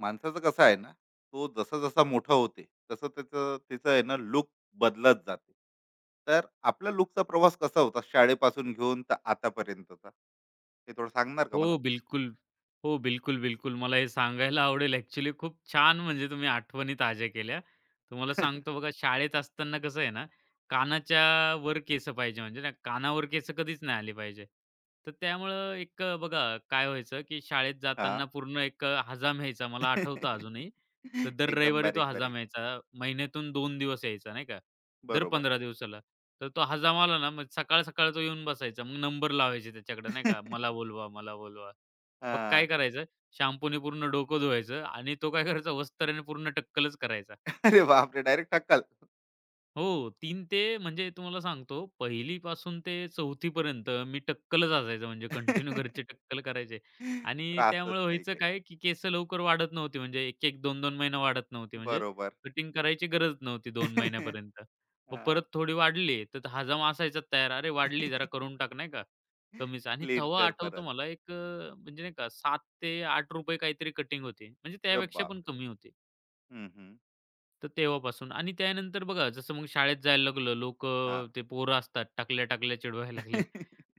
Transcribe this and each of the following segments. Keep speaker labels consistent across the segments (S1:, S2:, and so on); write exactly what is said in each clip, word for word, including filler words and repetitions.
S1: माणसाचं कसं आहे ना, तो जसा जसा मोठा होते, तसं त्याचं त्याचं आहे ना लुक, बदलत जाते. तर आपला लुकचा प्रवास कसा होता शाळेपासून घेऊन तर आतापर्यंतचा, ते थोडं सांगणार का
S2: हो,
S1: मला?
S2: बिलकुल. हो, बिलकुल, बिलकुल. मला हे सांगायला आवडेल ॲक्चुअली खूप छान म्हणजे तुम्ही आठवणी ताज्या केल्या. तुम्हाला सांगतो बघा शाळेत असताना कसं आहे ना, कानाच्या वर केस पाहिजे म्हणजे ना कानावर केस कधीच नाही आली पाहिजे. तर त्यामुळं एक अ, बघा काय व्हायचं, की शाळेत
S1: हा.
S2: जाताना पूर्ण एक अ, हजाम यायचा. मला आठवतं अजूनही. तर दर
S1: एकदम
S2: रविवारी तो
S1: बारीक बारीक.
S2: हजाम यायचा. महिन्यातून दोन दिवस यायचा नाही का. दर
S1: बरोबर.
S2: पंधरा दिवसाला. तर तो हजाम आला ना, मग सकाळ-सकाळ तो येऊन बसायचा. मग नंबर लावायचे त्याच्याकडे नाही का, "मला बोलवा, मला बोलवा."
S1: हा.
S2: मग काय करायचं, शॅम्पूने पूर्ण डोकं धुवायचं आणि तो काय करायचा वस्त्राने पूर्ण टक्कलच करायचा.
S1: अरे बापरे, डायरेक्ट टक्कल.
S2: हो, तीन ते म्हणजे तुम्हाला सांगतो, पहिलीपासून ते चौथीपर्यंत मी टक्कलच असायचं, म्हणजे कंटिन्यू घरचे टक्कल करायचे. आणि
S1: त्रासच
S2: त्यामुळे
S1: नाही
S2: व्हायचं
S1: काही.
S2: काय, की केस लवकर वाढत नव्हती, म्हणजे एक एक, दोन दोन महिना वाढत नव्हती. म्हणजे
S1: बरोबर.
S2: कटिंग करायची गरज नव्हती दोन महिन्यापर्यंत. मग परत थोडी वाढली, तर हजाम असायचा तयार, "अरे वाढली, जरा करून टाक," नाही का, कमीच. आणि
S1: क्लीन
S2: तेव्हा
S1: कर
S2: आठवतं
S1: परत.
S2: मला एक अ, म्हणजे नाही का ₹सात रुपये ते ₹आठ रुपये काहीतरी कटिंग होती, म्हणजे
S1: अरे
S2: त्यापेक्षा पण
S1: बापरे.
S2: कमी होती.
S1: हं, हं.
S2: तर तेव्हापासून आणि त्यानंतर बघा जसं मग शाळेत जायला लागलं,
S1: हां.
S2: लोकं ते पोरं असतात टाकल्या-टाकल्या चिडवायला लागले.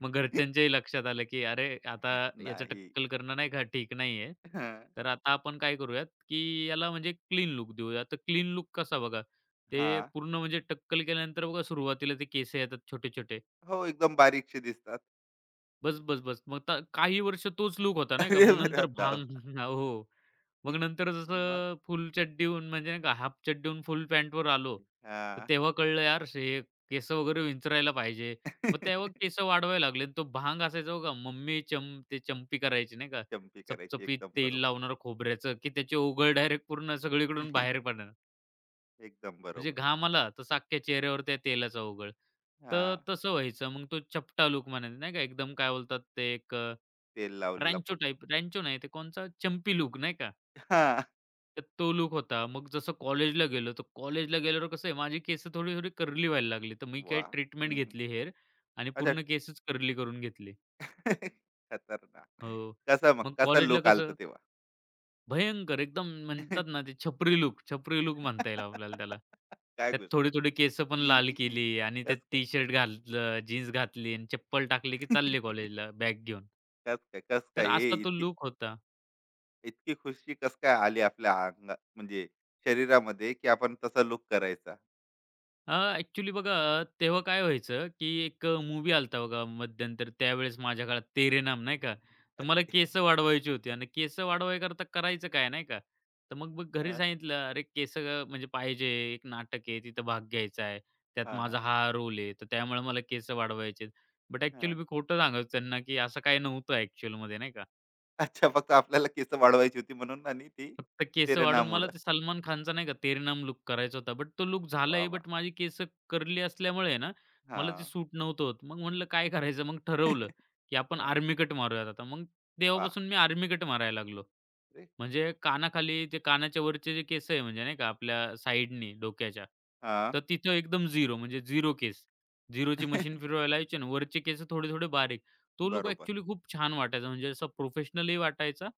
S2: मग घरच्यांच्याही लक्षात आलं, की "अरे, आता याचं
S1: नाही.
S2: टक्कल करणं नाही का ठीक नाहीये.
S1: हं.
S2: तर आता आपण काय करूयात, की याला म्हणजे क्लीन लुक देऊया." तर क्लीन लूक कसा बघा, ते
S1: हां.
S2: पूर्ण म्हणजे टक्कल केल्यानंतर बघा सुरुवातीला ते केस येतात छोटे-छोटे.
S1: हो, एकदम बारीकशे दिसतात.
S2: बस, बस, बस. मग त काही वर्ष तोच लूक होता नाही का. मग
S1: अरे बरा
S2: नंतर
S1: धावा.
S2: भांग हो. मग नंतर
S1: मग?
S2: जसं फुल चड्डी होऊन म्हणजे नाही का हाफ चड्डी होऊन फुल पॅन्टवर आलो, तर
S1: हां.
S2: तेव्हा कळलं यार हे केस वगैरे विंचरायला पाहिजे. मग तेव्हा केस वाढवायला लागले तो भांग असायचा बघा मम्मी चम ते चंपी करायची नाही का,
S1: चंपी करायची.
S2: चपचपीत
S1: एकदम
S2: तेल
S1: बरोबर.
S2: लावणार खोबऱ्याचं, की त्याची ओघळ डायरेक्ट पूर्ण सगळीकडून बाहेर पडणार.
S1: एकदम
S2: म्हणजे
S1: बरोबर.
S2: घाम आला तसा अख्ख्या चेहऱ्यावर त्या तेलाचा ओघळ. तर
S1: हां.
S2: तसं व्हायचं. मग तो चपटा लूक म्हणायचा नाही का एकदम काय बोलतात ते एक
S1: तेल लावलेला
S2: रँचो
S1: पूर्ण.
S2: टाइप रँचो नाही ते कोणचा चंपी लूक नाही का?
S1: हां.
S2: तर तो लूक होता. मग जसं कॉलेजला गेलो, तर कॉलेजला गेल्यावर कसं आहे माझी केस थोडी-थोडी करली व्हायला लागली. तर मी काही
S1: वाह!
S2: ट्रीटमेंट
S1: हं, हं.
S2: घेतली हेअर आणि
S1: अच्छा.
S2: पूर्ण केसच करली करून घेतली.
S1: खतरनाक.
S2: हो.
S1: कसा मग
S2: मग
S1: कसा
S2: कॉलेजला
S1: लूक आलता
S2: कसं
S1: तेव्हा?
S2: भयंकर एकदम म्हणतात ना ते छपरी लूक, छपरी लूक म्हणता येईल आपल्याला त्याला.
S1: काय
S2: त्यात
S1: गोष्ट?
S2: थोडी-थोडी केसं पण लाल केली आणि त्यात
S1: कसं काय?
S2: टी शर्ट घातलं, जीन्स घातली आणि चप्पल टाकली की चालले कॉलेजला बॅग घेऊन.
S1: कसं काय? कसं
S2: तर
S1: काय? हे
S2: असा तो
S1: इतकी
S2: लूक होता.
S1: इतकी खुशी कसं काय आली आपल्या अंगात म्हणजे शरीरामध्ये, की आपण तसा लुक करायचा?
S2: हां, ॲक्चुअली बघा अ, तेव्हा काय व्हायचं, की एक अ, मूव्ही आला होता बघा मध्यंतरी त्यावेळेस माझ्या काळात तेरे नाम नाही का. तर
S1: अरे
S2: मला केस वाढवायची होती आणि केस वाढवायकरता करायचं काय नाही का. तर मग मग घरी
S1: हां,
S2: सांगितलं, "अरे केस अ, म्हणजे पाहिजे, एक नाटक आहे तिथं भाग घ्यायचा आहे. त्यात
S1: हां,
S2: माझा
S1: हां,
S2: हा रोल आहे, तर त्यामुळे मला केस वाढवायचे बट ॲक्चुअली
S1: हां.
S2: मी खोटं सांगायचो त्यांना, की असं काही नव्हतं ॲक्चुअलमध्ये नाही का.
S1: अच्छा, फक्त आपल्याला केस वाढवायची होती म्हणून, आणि ती
S2: फक्त केस वाढून मला
S1: प्रेरणामुळं.
S2: ते सलमान खानचा नाही का तेरे नाम लूक करायचा होता. बट तो लूक
S1: वाह!
S2: झालाय
S1: वाह!
S2: बट माझी केस कर्ली असल्यामुळे आहे ना, मला ते
S1: हां.
S2: सूट नव्हतं होत. मग म्हटलं काय करायचं? मग ठरवलं, की आपण
S1: हां.
S2: आर्मी कट मारूयात आता. मग
S1: वा.
S2: तेव्हापासून मी आर्मी कट मारायला लागलो.
S1: अरे.
S2: म्हणजे कानाखाली ते कानाच्या वरचे जे केस आहे म्हणजे नाही का आपल्या साइडनी डोक्याच्या,
S1: हां.
S2: तर तिथं एकदम झिरो म्हणजे झिरो केस. झिरोची मशीन फिरवायला लावायची आणि वरचे केस थोडे-थोडे बारीक. तो लूक
S1: बरोबर.
S2: ॲक्चुअली खूप छान वाटायचा म्हणजे असा प्रोफेशनलही वाटायचा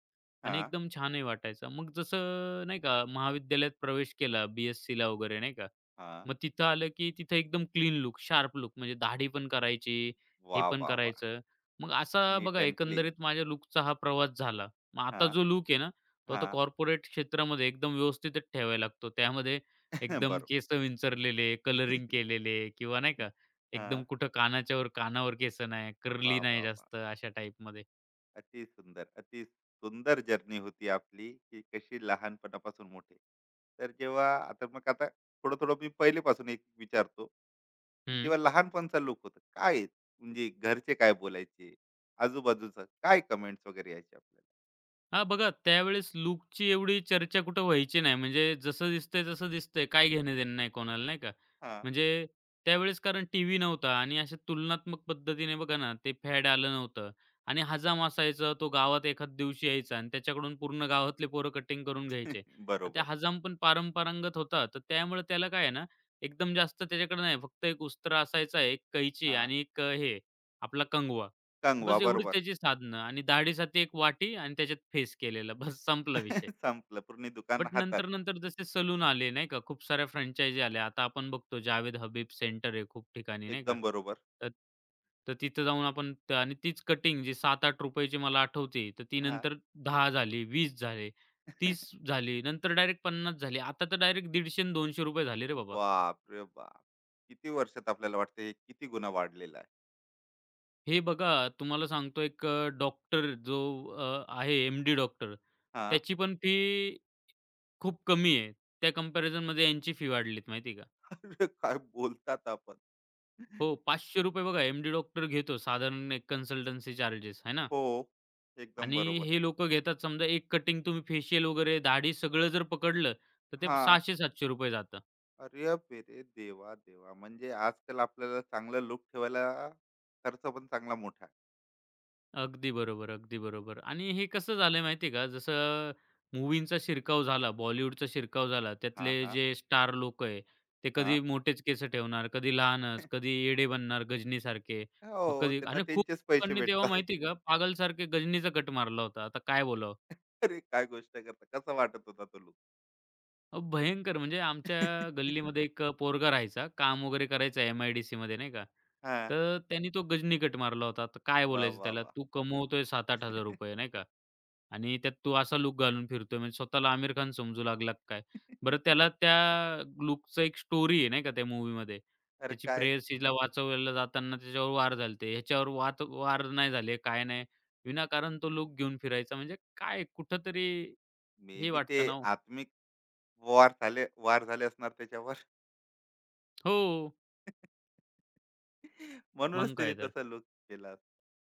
S2: आणि
S1: हां,
S2: एकदम छानही वाटायचं. मग जसं नाही का महाविद्यालयात प्रवेश केला, बी-एस-सीला वगैरे नाही का.
S1: हां.
S2: मग तिथं आलं की तिथं एकदम क्लीन लुक शार्प लुक म्हणजे दाढी पण करायची, हे
S1: वाह!
S2: पण
S1: वाह! वाह!
S2: करायचं. मग असा
S1: नीट
S2: बघा
S1: अँड क्लीन.
S2: एकंदरीत माझ्या लूकचा हा प्रवास झाला. मग आता
S1: हां,
S2: जो लूक आहे ना, तो आता
S1: हां.
S2: कॉर्पोरेट क्षेत्रामध्ये एकदम व्यवस्थितच ठेवायला लागतो. त्यामध्ये एकदम
S1: बरोबर.
S2: केस विंचरलेले, कलरिंग केलेले किंवा नाही का एकदम
S1: हां.
S2: कुठं कानाच्यावर कानावर केस नाही, कर्ली
S1: वाह!
S2: नाही
S1: वाह! वाह!
S2: जास्त अशा टाईपमध्ये.
S1: अति सुंदर, अति सुंदर जर्नी होती आपली, की कशी लहानपणापासून मोठे. तर जेव्हा आता, मग आता थोडं थोडं मी पहिलेपासून एक विचारतो, की जेव्हा लहानपणचा लुक होता, काय म्हणजे घरचे काय बोलायचे, आजूबाजूचं काय कमेंट्स वगैरे यायचे आपल्याला?
S2: हां, बघा त्यावेळेस लूकची एवढी चर्चा कुठं व्हायची नाही. म्हणजे जसं दिसतंय, तसं दिसतंय. काय घेणं-देणं नाही कोणाला, नाही का?
S1: हा.
S2: म्हणजे त्यावेळेस कारण टीव्ही नव्हता आणि अशा तुलनात्मक पद्धतीने बघा ना, ते फॅड आलं नव्हतं आणि हजाम असायचा, तो गावात एखाद दिवशी यायचा आणि त्याच्याकडून पूर्ण गावातले पोरं कटिंग करून घ्यायचे. आणि त्या
S1: बरोबर.
S2: हजाम पण पारंपरागत होता, तर त्यामुळे त्याला काय आहे ना, एकदम जास्त त्याच्याकडे नाही, फक्त एक उस्त्र असायचा, एक कैची
S1: हा.
S2: आणि एक अ, हे आपला कंगवा.
S1: कंगवा,
S2: बस एवढीच
S1: बरोबर.
S2: त्याची साधनं आणि दाढीसाठी एक वाटी आणि त्याच्यात फेस केलेला. बस संपला विषय.
S1: संपलं पूर्ण दुकान
S2: बट
S1: हातात.
S2: नंतर-नंतर जसे सलून आले नाही का, खूप साऱ्या फ्रँचायझी आल्या. आता आपण बघतो जावेद हबीब सेंटर आहे खूप ठिकाणी नाही का.
S1: एकदम बरोबर.
S2: तर तर तिथं जाऊन आपण त आणि तीच कटिंग जी ₹सात ते आठ रुपये ची मला आठवते, तर ती
S1: हा.
S2: नंतर दहा झाली, वीस झाले, तीस झाली, नंतर डायरेक्ट पन्नास झाली. आता तर डायरेक्ट ₹दीडशे ते दोनशे रुपये झाले रे बाबा.
S1: बाप रे बाप. किती वर्षात आपल्याला वाटते, किती गुन्हा वाढलेला आहे.
S2: हे बघा तुम्हाला सांगतो एक डॉक्टर जो अ, आहे एम-डी डॉक्टर
S1: हा.
S2: त्याची पण फी खूप कमी आहे. त्या कंपॅरिझनमध्ये यांची फी वाढलीत माहिती आहे का.
S1: अरे काय बोलतात आपण.
S2: हो, ₹पाचशे रुपये बघा एम-डी डॉक्टर घेतो साधारण एक कन्सल्टन्सी चार्जेस आहे ना
S1: हो, एकदम
S2: आणि
S1: बरोबर.
S2: हे लोकं घेतात समजा एक कटिंग तुम्ही फेशियल वगैरे दाढी सगळं जर पकडलं, तर ते
S1: हां.
S2: ₹सहाशे ते सातशे रुपये जातं.
S1: अरे पेरे देवा, देवा! म्हणजे आजकाल आपल्याला चांगलं लुक ठेवायला खर्च पण चांगला मोठा आहे.
S2: अगदी बरोबर, अगदी बरोबर. आणि हे कसं झालंय माहिती का, जसं मूव्हींचा शिरकाव झाला, बॉलिवूडचा शिरकाव झाला,
S1: हां,
S2: त्यातले
S1: हां,
S2: जे स्टार लोकं आहे, ते कधी
S1: हां.
S2: मोठेच केस ठेवणार, कधी लहानच, कधी येडे बनणार गजनीसारखे. मग
S1: हो,
S2: कधी
S1: त्यांना
S2: आणि खूप
S1: त्यांचेच पैसे
S2: लोकांनी तेव्हा
S1: भेटतात.
S2: माहिती आहे का, पागलसारखे गजनीचा कट मारला होता. आता काय बोलावं?
S1: अरे काय गोष्ट करता. कसा वाटत होता तो लुक?
S2: अ, भयंकर म्हणजे आमच्या गल्लीमध्ये एक अ, पोरगा राहायचा. काम वगैरे करायचा एम-आय-डी-सीमध्ये नाही का.
S1: हां.
S2: तर त्यांनी तो गजनीकट मारला होता. तर काय
S1: वाह,
S2: बोलायचं
S1: वाह,
S2: त्याला,
S1: वाह!
S2: "तू कमवतोय ₹सात हजार रुपये-आठ हजार नाही का आणि त्यात तू असा लूक घालून फिरतोय म्हणजे स्वतःला आमिर खान समजू लागला का काय?" बरं त्याला त्या लूकचं एक स्टोरी आहे नाही का त्या मूव्हीमध्ये.
S1: अरे
S2: त्याची
S1: काय,
S2: प्रेयसीला वाचवायला जाताना त्याच्यावर वार झालते. ह्याच्यावर वात वार नाही झाले, काय नाही. विनाकारण तो लूक घेऊन फिरायचा म्हणजे काय कुठेतरी
S1: मे
S2: हे
S1: बी ते
S2: वाटतं ना हो.
S1: आत्मिक वार झाले, वार झाले असणार त्याच्यावर.
S2: हो.
S1: म्हणूनच
S2: मग
S1: त्याने
S2: काय तर.
S1: तसा लूक केला. असता.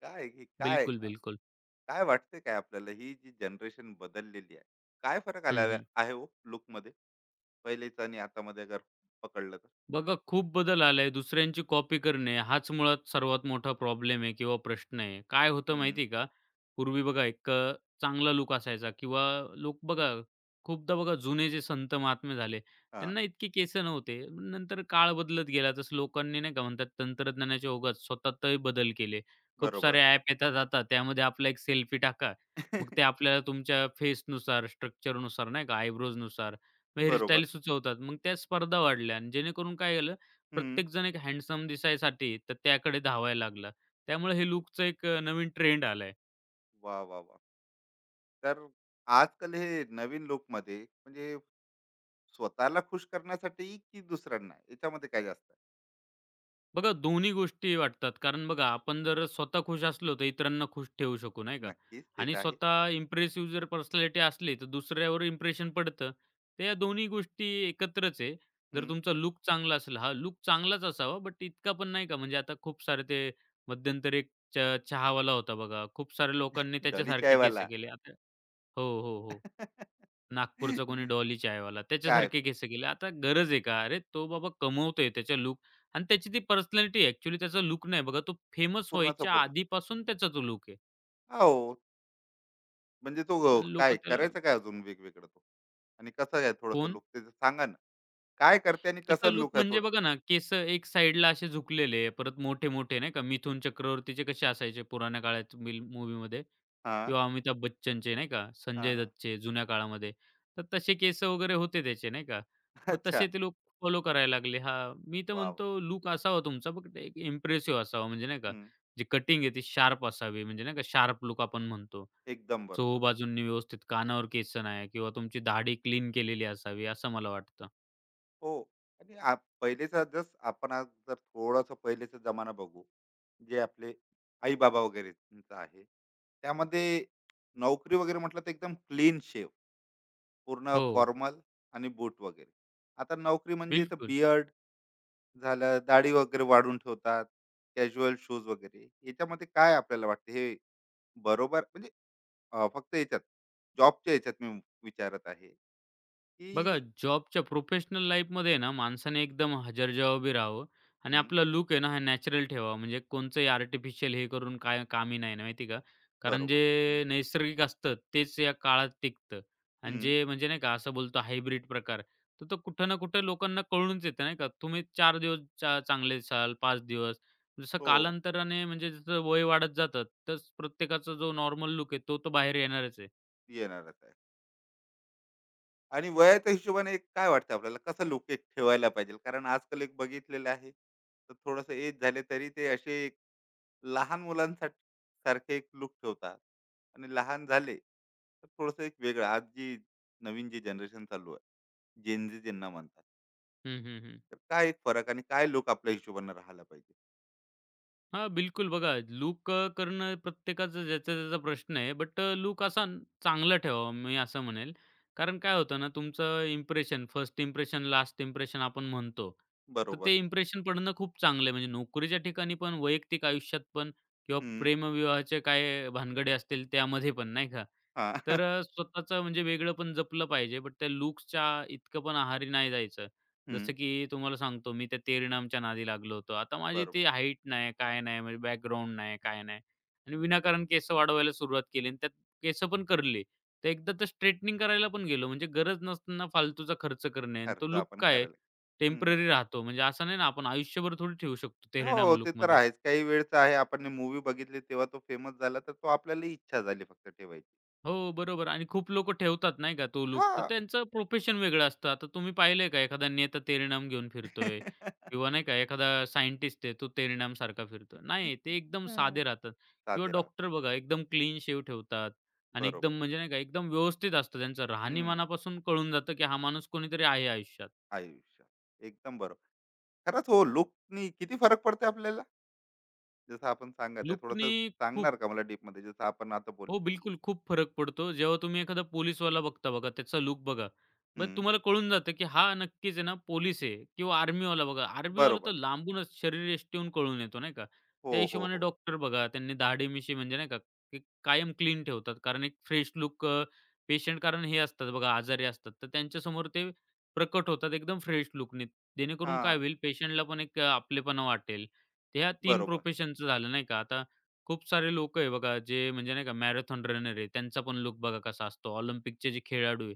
S1: काय की काय
S2: बिलकुल,
S1: अ,
S2: बिलकुल.
S1: काय वाटते काय आपल्याला, ही जी जनरेशन बदललेली आहे, काय फरक आला
S2: हं,
S1: आहे
S2: हं.
S1: आहे हो लूकमध्ये? पहिलेच आणि आतामध्ये अगर पकडलं तर?
S2: बघा खूप बदल आलाय. दुसऱ्यांची कॉपी करणे हाच मुळात सर्वात मोठा प्रॉब्लेम आहे किंवा प्रश्न आहे. काय होतं
S1: हं.
S2: माहिती आहे का? पूर्वी बघा एक अ, चांगला लूक असायचा किंवा लोक बघा खूपदा बघा जुने जे संत महात्मे झाले,
S1: हां.
S2: त्यांना इतके केस नव्हते. नंतर काळ बदलत गेला तसं लोकांनी नाही का म्हणतात तंत्रज्ञानाच्या ओघात स्वतःतही बदल केले. खूप
S1: बरोबर.
S2: सारे ॲप येतात आता त्यामध्ये आपला एक सेल्फी टाका. मग ते आपल्याला तुमच्या फेसनुसार, स्ट्रक्चरनुसार नाही का आयब्रोजनुसार
S1: बरोबर.
S2: हेअरस्टाईल सुचवतात. मग त्या स्पर्धा वाढल्या आणि जेणेकरून काय झालं,
S1: हं.
S2: प्रत्येकजण एक हँडसम दिसायसाठी तर त्याकडे धावायला लागला. त्यामुळे हे
S1: हं.
S2: लूकचा एक अ, नवीन ट्रेंड आलाय.
S1: वाह, वाह, वाह! तर आजकाल हे नवीन लूकमध्ये म्हणजे स्वतःला खुश करण्यासाठी, की दुसऱ्यांना, याच्यामध्ये काय जास्त आहे?
S2: बघा दोन्ही गोष्टी वाटतात. कारण बघा आपण जर स्वतः खुश असलो तर इतरांना खुश ठेवू शकू, नाही का?
S1: नक्कीच ते
S2: आणि
S1: तर आहे.
S2: स्वतः इम्प्रेसिव्ह जर पर्सनॅलिटी असली तर दुसऱ्यावर इम्प्रेशन पडतं. तर या दोन्ही गोष्टी एकत्रच आहे. जर
S1: हं.
S2: तुमचा लुक चांगला असेल हां, लूक चांगलाच असावा बट इतका पण नाही का म्हणजे आता खूप सारे ते मध्यंतरी एक च चहावाला होता बघा. खूप साऱ्या लोकांनी
S1: डॉली
S2: त्याच्यासारखे केस
S1: चायवाला.
S2: केले. आता हो, हो, हो. नागपूरचा कोणी डॉली चायवाला
S1: काय?
S2: त्याच्यासारखे केस केले. आता गरज आहे का? अरे, तो बाबा कमवतोय त्याच्या लूक आणि त्याची ती पर्सनॅलिटी आहे. ॲक्चुअली त्याचा लूक नाही बघा. तो फेमस
S1: पूर्णचा
S2: व्हायच्या
S1: पूर्ण.
S2: आधीपासून त्याचा तो लूक आहे
S1: हो. म्हणजे तो
S2: आणि
S1: काय
S2: लोकं त्याला
S1: करायचं, काय अजून वेगवेगळं तो, आणि कसं आहे थोडस
S2: कोण?
S1: लुक, ते सांगा ना. काय करते आणि
S2: त्याचा
S1: कसं
S2: लूक
S1: लुक आहे
S2: म्हणजे
S1: थोडं?
S2: बघा ना, केस एक साइडला असे झुकलेले, परत मोठे-मोठे नाही का, मिथुन चक्रवर्तीचे कसे असायचे पुराण्या काळात मिल मूव्हीमध्ये
S1: हा.
S2: किंवा अमिताभ बच्चनचे नाही का,
S1: हा.
S2: संजय
S1: हा.
S2: दत्तचे जुन्या काळामध्ये. तर तसे केस वगैरे होते त्याचे नाही का. मग
S1: अच्छा.
S2: तसे ते लोक फॉलो करायला लागले. हां, मी तर
S1: वा वा.
S2: म्हणतो लूक असावा तुमचा बट एक इम्प्रेसिव्ह असावा म्हणजे नाही का,
S1: हम्म,
S2: जी कटिंग आहे ती शार्प असावी म्हणजे नाही का शार्प लूक आपण म्हणतो.
S1: एकदम बरोबर.
S2: चहुबाजूंनी व्यवस्थित कानावर केस नाही किंवा तुमची दाढी क्लीन केलेली असावी असं मला वाटतं.
S1: हो. आणि आप- पहिलेचा, जस आपण आज जर थोडासा पहिलेचा जमाना बघू, जे आपले आई बाबा वगैरेचा आहे, त्यामध्ये नोकरी वगैरे म्हटलं तर एकदम क्लीन शेव, पूर्ण
S2: हो,
S1: फॉर्मल आणि बूट वगैरे. आता नोकरी म्हणजे इथं
S2: बिलकुल.
S1: बियर्ड झालं, दाढी वगैरे वाढून ठेवतात, कॅज्युअल शूज वगैरे. याच्यामध्ये काय आपल्याला वाटतं, हे बरोबर म्हणजे अ, फक्त याच्यात जॉबच्या याच्यात मी विचारत आहे,
S2: बघा,
S1: की
S2: जॉबच्या प्रोफेशनल लाईफमध्ये आहे ना, माणसाने एकदम हजर जवाबी राहावं आणि
S1: हं,
S2: आपला लुक आहे ना, हा नॅचरल ठेवावा. म्हणजे कोणचंही आर्टिफिशियल हे करून काय कामी नाही ना, माहिती आहे का? कारण
S1: बरोबर. हं,
S2: जे नैसर्गिक असतं, तेच या काळात टिकतं आणि
S1: हं.
S2: जे म्हणजे नाही का, असं बोलतो हायब्रिड प्रकार, तर तो कुठं ना कुठं लोकांना कळूनच येतं, नाही का? तुम्ही चार दिवस चा चांगले असाल, पाच दिवस. जसं
S1: हो,
S2: कालांतराने म्हणजे जसं वय वाढत जातं, तसं प्रत्येकाचा जो नॉर्मल लूक आहे, तो तर बाहेर येणारच आहे.
S1: येणारच आहे. आणि वयाच्या हिशोबाने एक काय वाटतं आपल्याला, कसं लूक एक ठेवायला पाहिजे? कारण आजकाल एक बघितलेलं आहे, तर थोडंसं एज झाले तरी ते असे लहान मुलांसाठी सारखे एक लुक ठेवतात, आणि लहान झाले तर थोडस एक वेगळं. आज जी नवीन जी जनरेशन चालू आहे, जेनजी ज्यांना म्हणतात,
S2: हं, हं, हं.
S1: तर काय एक फरक, आणि काय लोक आपल्या हिशोबाने राहायला पाहिजे?
S2: हां, बिलकुल. बघा लूक अ, करणं प्रत्येकाचा ज्याचा-त्याचा प्रश्न आहे. बट लूक असा न- चांगला ठेवावा मी असं म्हणेल. कारण काय होतं ना तुमचं impression, first impression, last impression आपण म्हणतो. तर
S1: बरोबर.
S2: ते इम्प्रेशन पडणं खूप चांगलं आहे. म्हणजे नोकरीच्या ठिकाणी पण, वैयक्तिक आयुष्यात पण किंवा
S1: हम्म.
S2: प्रेमविवाहाचे काय भानगडे असतील त्यामध्ये पण नाही का.
S1: हा.
S2: तर अ, स्वतःचं म्हणजे वेगळं पण जपलं पाहिजे. बट त्या लूक्सच्या इतकं पण आहारी नाही जायचं.
S1: हम्म.
S2: जसं की तुम्हाला सांगतो मी त्या तेरी नामच्या नादी लागलो होतो. आता माझी ती
S1: बरोबर.
S2: हाईट नाही, काय नाही, म्हणजे बॅकग्राऊंड नाही, काय नाही आणि विनाकारण केस वाढवायला सुरुवात केली आणि त्यात केस पण करली. तर एकदा तर स्ट्रेटनिंग करायला पण गेलो. म्हणजे गरज नसताना फालतूचा खर्च करणे आणि तो
S1: खर्च
S2: लूक
S1: आपण
S2: काय
S1: करायला. हम्म.
S2: टेम्पररी राहतो. म्हणजे असं नाही ना आपण आयुष्यभर थोडी ठेवू शकतो
S1: हो,
S2: तेहरीनाम
S1: ते तर
S2: लूकमध्ये.
S1: आहेच. काही वेळचं आहे, आपण मूवी बघितली तेव्हा तो फेमस झाला, तर तो आपल्याला इच्छा झाली फक्त ठेवायची.
S2: हो, बरोबर आणि खूप लोकं ठेवतात नाही का तो लुक
S1: हा.
S2: तर त्यांचं प्रोफेशन वेगळं असतं. आता तुम्ही पाहिलंय का एखादा नेता तेलनाम घेऊन फिरतोय किंवा नाही का एखादा सायंटिस्ट आहे तो तेलनाम सारखा फिरतोय. नाही, ते एकदम
S1: हम्म.
S2: साधे राहतात किंवा
S1: साधे राहत.
S2: डॉक्टर बघा एकदम क्लीन शेव्ह ठेवतात आणि
S1: बरोबर.
S2: एकदम म्हणजे नाही का एकदम व्यवस्थित असतं त्यांचं
S1: हम्म.
S2: राहणीमानापासून कळून जातं, की हा माणूस कोणीतरी आहे आयुष्यात.
S1: आयुष्य. एकदम बरोबर. खरंच हो, लुकनी किती फरक पडते आपल्याला, जसं आपण सांगत आहे. थोडस
S2: लूकनी खूप
S1: सांगणार का मला डीप मध्ये, जसं आपण आता बोललो?
S2: हो, बिलकुल. खूप फरक पडतो. जेव्हा तुम्ही एखादा पोलिसवाला बघता बघा, त्याचा लूक बघा. मग
S1: हम्म.
S2: तुम्हाला कळून जातं, की हा नक्कीच आहे ना पोलीस आहे किंवा आर्मीवाला बघा. आर्मीवाला
S1: बरोबर.
S2: तर लांबूनच शरीर यष्टीहून कळून येतो, नाही का?
S1: हो,
S2: त्या
S1: हो,
S2: हिशोबाने
S1: हो.
S2: डॉक्टर बघा, त्यांनी दाढी-मिशी म्हणजे नाही का, ते कायम क्लीन ठेवतात. कारण एक फ्रेश लूक पेशंट कारण हे असतात बघा, आजारी असतात. तर त्यांच्यासमोर ते प्रकट होतात एकदम फ्रेश लूकनी. जेणेकरून
S1: हा.
S2: काय होईल, पेशंटला पण एक अ, आपलेपणा वाटेल. ते ह्या तीन
S1: बरोबर.
S2: प्रोफेशनचं झालं, नाही का? आता खूप सारे लोक आहे बघा, जे म्हणजे नाही का मॅरेथॉन रनर आहे, त्यांचा पण लूक बघा कसा असतो. ऑलिम्पिकचे जे खेळाडू आहे,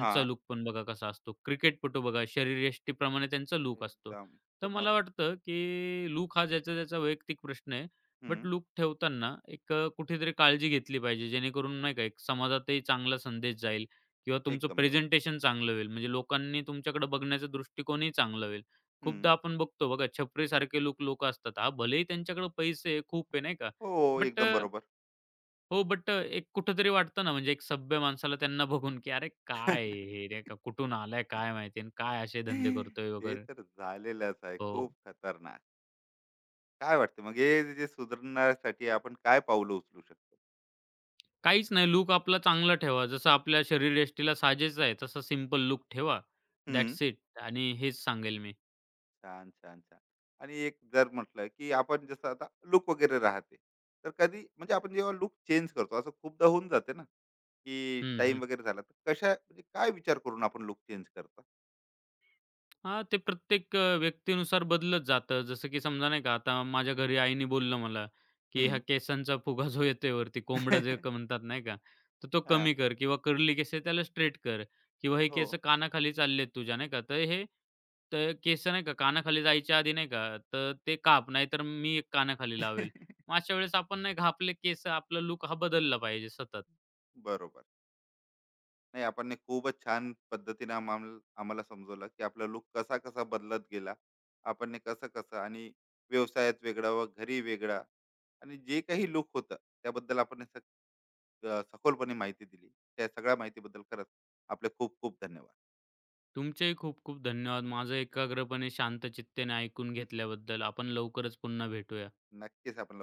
S1: हा.
S2: लूक पण बघा कसा असतो. क्रिकेटपटू बघा, शरीरयष्टीप्रमाणे त्यांचा लूक असतो.
S1: एकदम.
S2: तर
S1: पूर्ण.
S2: मला वाटतं, की लुक हा ज्याचा त्याचा वैयक्तिक प्रश्न आहे. बट
S1: हम्म.
S2: लूक ठेवताना एक अ, कुठेतरी काळजी घेतली पाहिजे, जेणेकरून नाही का एक समाजातही चांगला संदेश जाईल किंवा तुमचं
S1: एकदम बरोबर.
S2: प्रेझेंटेशन चांगलं होईल. म्हणजे लोकांनी तुमच्याकडे बघण्याचा दृष्टिकोनही चांगला होईल.
S1: हम्म.
S2: खूपदा आपण बघतो बघा, छपरीसारखे लूक लोकं असतात. हां, भलेही त्यांच्याकडे पैसे आहे, खूप आहे नाही का,
S1: हो,
S2: बट
S1: एकदम बरोबर.
S2: हो, बट अ, एक कुठेतरी वाटतं ना, म्हणजे एक सभ्य माणसाला त्यांना बघून, की "अरे काय आहे हे? नाही का कुठून आलाय काय माहिती आणि काय असे धंदे करतोय
S1: ते
S2: वगैरे."
S1: तर झालेलंच आहे
S2: हो. हो.
S1: खूप खतरनाक. काय वाटते, मग हे जे सुधारण्यासाठी आपण काय पावलं उचलू शकतो?
S2: काहीच नाही लूक आपला चांगला ठेवा. जसं आपल्या शरीरयष्टीला साजेच आहे, तसा सिंपल लूक ठेवा. दॅट्स इट आणि हेच सांगेल मी.
S1: छान, छान, छान. आणि एक जर म्हटलं, की आपण जसं आता लूक वगैरे राहते. तर कधी म्हणजे आपण जेव्हा लूक चेंज करतो, असं खूपदा होऊन जाते ना, की
S2: हं, हं.
S1: टाईम वगैरे झाला. तर कशा म्हणजे काय विचार करून आपण लूक चेंज करता?
S2: हां, ते प्रत्येक अ, व्यक्तीनुसार बदलत जातं. जसं की समजा नाही का, आता माझ्या घरी आईने बोललं मला, की
S1: हं.
S2: "हा केसांचा फुगा जो येतोय वरती, कोंबडा जे क- म्हणतात नाही का, तर तो
S1: हां.
S2: कमी कर किंवा कर्ली केस आहे त्याला स्ट्रेट कर किंवा हे
S1: हो.
S2: केस कानाखाली चाललेत तुझ्या नाही का, तर हे तर केस नाही का कानाखाली जायच्या आधी नाही का, तर ते काप नाहीतर मी एक कानाखाली लावेल." मग अशा वेळेस आपण नाही का आपले केस, आपला लूक हा बदलला पाहिजे सतत.
S1: बरोबर. नाही, आपण ने खूपच छान पद्धतीने आम्हाला आम्हाला समजवलं, की आपला लुक कसा कसा बदलत गेला, आपण ने कसं कसं, आणि व्यवसायात वेगळा व घरी वेगळा, आणि जे काही लुक होतं त्याबद्दल आपण सग- अ, सखोलपणे माहिती दिली. त्या सगळ्या माहितीबद्दल खरंच आपले खूप खूप धन्यवाद.
S2: तुमचेही खूप खूप धन्यवाद. माझं एकाग्रपणे शांत चित्तेने ऐकून
S1: हं,
S2: घेतल्याबद्दल. आपण लवकरच पुन्हा भेटूया.
S1: नक्कीच आपण लवकर